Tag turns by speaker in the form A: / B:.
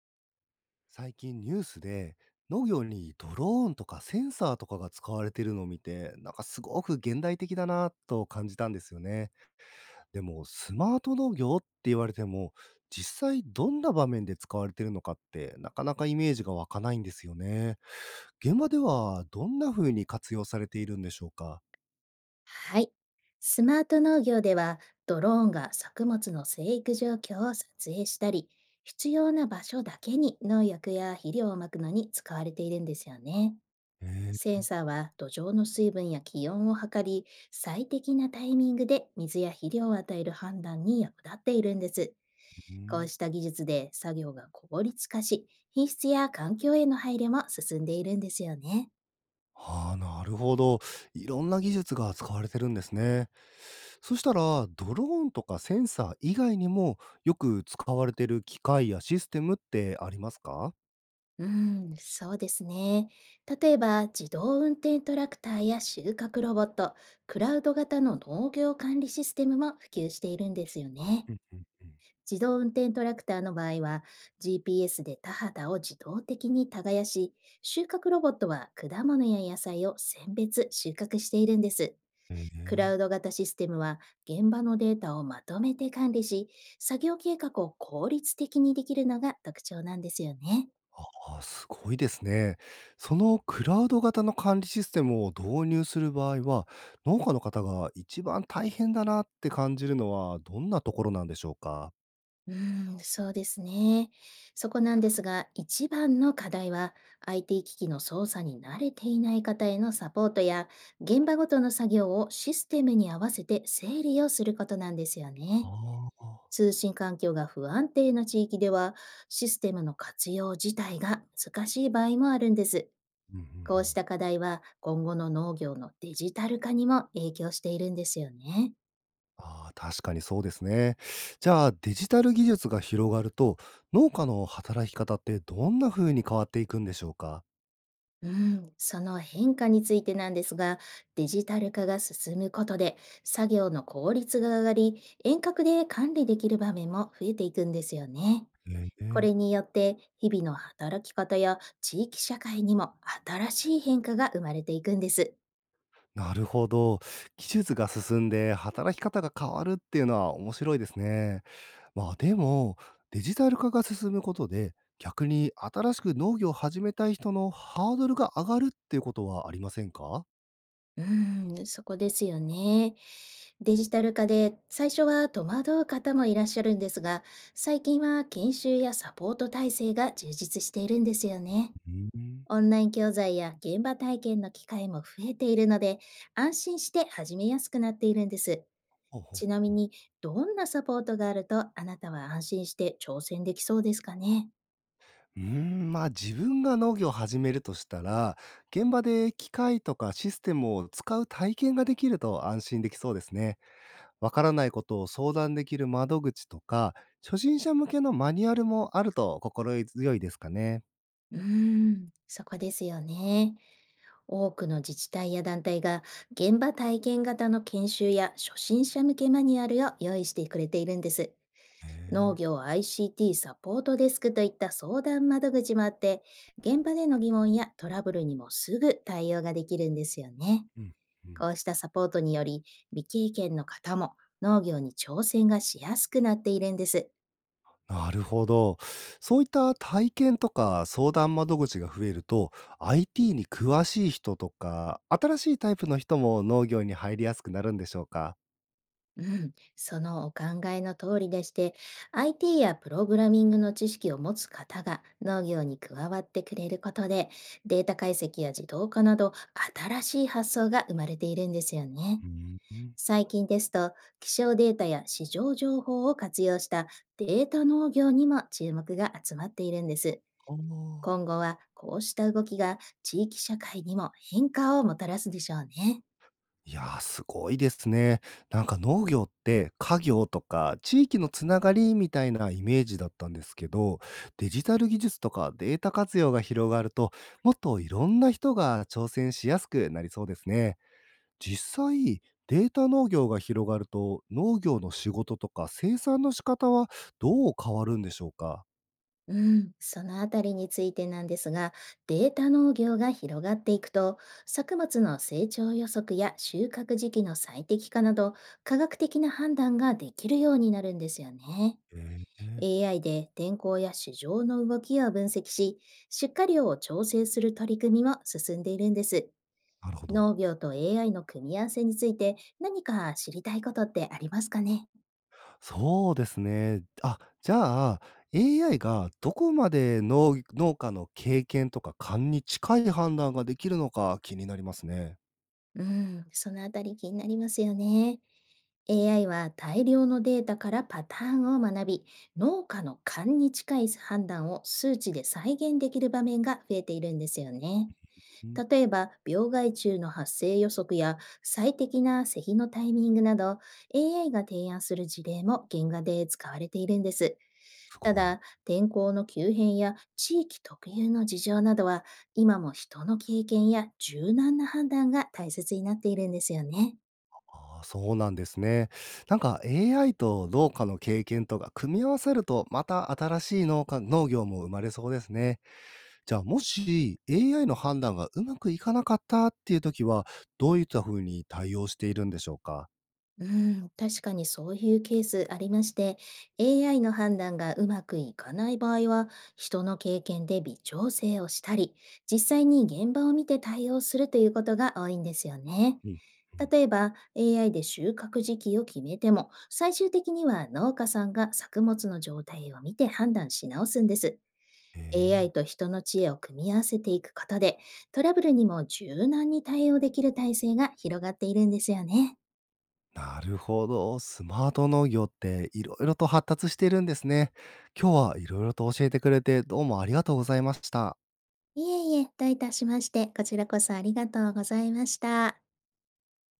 A: 最近ニュースで農業にドローンとかセンサーとかが使われているのを見てなんかすごく現代的だなと感じたんですよね。でもスマート農業って言われても、実際どんな場面で使われているのかってなかなかイメージが湧かないんですよね。現場ではどんな風に活用されているんでしょうか？
B: はい。スマート農業では、ドローンが作物の生育状況を撮影したり、必要な場所だけに農薬や肥料をまくのに使われているんですよね。
A: へ
B: セ
A: え。
B: ンサーは土壌の水分や気温を測り、最適なタイミングで水や肥料を与える判断に役立っているんです。
A: う
B: こう
A: ん。
B: した技術で作業が効率化し、品質や環境への配慮も進んでいるんですよね。
A: ああ、なるほど。いろんな技術が使われてるんですね。そしたら、ドローンとかセンサー以外にも、よく使われてる機械やシステムってありますか？
B: うん、そうですね。例えば、自動運転トラクターや収穫ロボット、クラウド型の農業管理システムも普及しているんですよね。
A: うんうんうん。
B: 自動運転トラクターの場合は、GPS で田畑を自動的に耕し、収穫ロボットは果物や野菜を選別、収穫しているんです。
A: え
B: クラ
A: え。
B: ウド型システムは、現場のデータをまとめて管理し、作業計画を効率的にできるのが特徴なんですよね。
A: ああ、すごいですね。そのクラウド型の管理システムを導入する場合は、農家の方が一番大変だなって感じるのはどんなところなんでしょうか？
B: うーん、そうですね。そこなんですが、一番の課題は IT 機器の操作に慣れていない方へのサポートや、現場ごとの作業をシステムに合わせて整理をすることなんですよ
A: あ
B: ね。
A: あ。
B: 通信環境が不安定な地域では、システムの活用自体が難しい場合もあるんです。
A: うんうんうん。
B: こうした課題は今後の農業のデジタル化にも影響しているんですよね。
A: ああ、確かにそうですね。じゃあ、デジタル技術が広がると、農家の働き方ってどんな風に変わっていくんでしょうか？
B: うん、その変化についてなんですが、デジタル化が進むことで、作業の効率が上がり、遠隔で管理できる場面も増えていくんですよね。
A: え
B: こ
A: え。
B: れによって、日々の働き方や地域社会にも新しい変化が生まれていくんです。
A: なるほど。技術が進んで働き方が変わるっていうのは面白いですね。まあ、でも、デジタル化が進むことで、逆に新しく農業を始めたい人のハードルが上がるっていうことはありませんか？
B: うん、そこですよね。デジタル化で最初は戸惑う方もいらっしゃるんですが、最近は研修やサポート体制が充実しているんですよね。
A: うん。
B: オンライン教材や現場体験の機会も増えているので、安心して始めやすくなっているんです。
A: ほうほう
B: ちなみ
A: ほう。
B: に、どんなサポートがあると、あなたは安心して挑戦できそうですかね。
A: うーん、まあ、自分が農業を始めるとしたら、現場で機械とかシステムを使う体験ができると安心できそうですね。わからないことを相談できる窓口とか、初心者向けのマニュアルもあると心強いですかね。
B: うーん、そこですよね。多くの自治体や団体が、現場体験型の研修や初心者向けマニュアルを用意してくれているんです。
A: へ
B: 農
A: え。
B: 業 ICT サポートデスクといった相談窓口もあって、現場での疑問やトラブルにもすぐ対応ができるんですよね。
A: うん。うん。
B: こうしたサポートにより、未経験の方も農業に挑戦がしやすくなっているんです。
A: なるほど。そういった体験とか相談窓口が増えると、IT に詳しい人とか、新しいタイプの人も農業に入りやすくなるんでしょうか。
B: うん、そのお考えの通りでして、IT やプログラミングの知識を持つ方が農業に加わってくれることで、データ解析や自動化など新しい発想が生まれているんですよね。
A: うんうん。
B: 最近ですと、気象データや市場情報を活用したデータ農業にも注目が集まっているんです。
A: あー。
B: 今後はこうした動きが地域社会にも変化をもたらすでしょうね。
A: いやー、すごいですね。なんか農業って家業とか地域のつながりみたいなイメージだったんですけど、デジタル技術とかデータ活用が広がると、もっといろんな人が挑戦しやすくなりそうですね。実際、データ農業が広がると、農業の仕事とか生産の仕方はどう変わるんでしょうか？
B: うん、そのあたりについてなんですが、データ農業が広がっていくと、作物の成長予測や収穫時期の最適化など、科学的な判断ができるようになるんですよね。
A: ええ。
B: AI で天候や市場の動きを分析し、出荷量を調整する取り組みも進んでいるんです。
A: なるほど。
B: 農業と AI の組み合わせについて何か知りたいことってありますかね。
A: そうですね。あ、じゃあ、AI がどこまで農家の経験とか勘に近い判断ができるのか気になりますね。
B: うん、そのあたり気になりますよね。AI は大量のデータからパターンを学び、農家の勘に近い判断を数値で再現できる場面が増えているんですよね。
A: うん。
B: 例えば、病害虫の発生予測や最適な施肥のタイミングなど、AI が提案する事例も原画で使われているんです。
A: す
B: た
A: ごい。
B: だ、天候の急変や地域特有の事情などは、今も人の経験や柔軟な判断が大切になっているんですよね。
A: ああ、そうなんですね。なんか AI と農家の経験とか組み合わせると、また新しい農業も生まれそうですね。じゃあ、もし AI の判断がうまくいかなかったっていう時は、どういった風に対応しているんでしょうか？
B: うん、確かにそういうケースありまして、AI の判断がうまくいかない場合は、人の経験で微調整をしたり、実際に現場を見て対応するということが多いんですよね。
A: うん、うん。
B: 例えば、AI で収穫時期を決めても、最終的には農家さんが作物の状態を見て判断し直すんです。
A: へえ。
B: AI と人の知恵を組み合わせていくことで、トラブルにも柔軟に対応できる体制が広がっているんですよね。
A: なるほど。スマート農業っていろいろと発達しているんですね。今日はいろいろと教えてくれてどうもありがとうございました。
B: いえいえ、どういたしまして、こちらこそありがとうございました。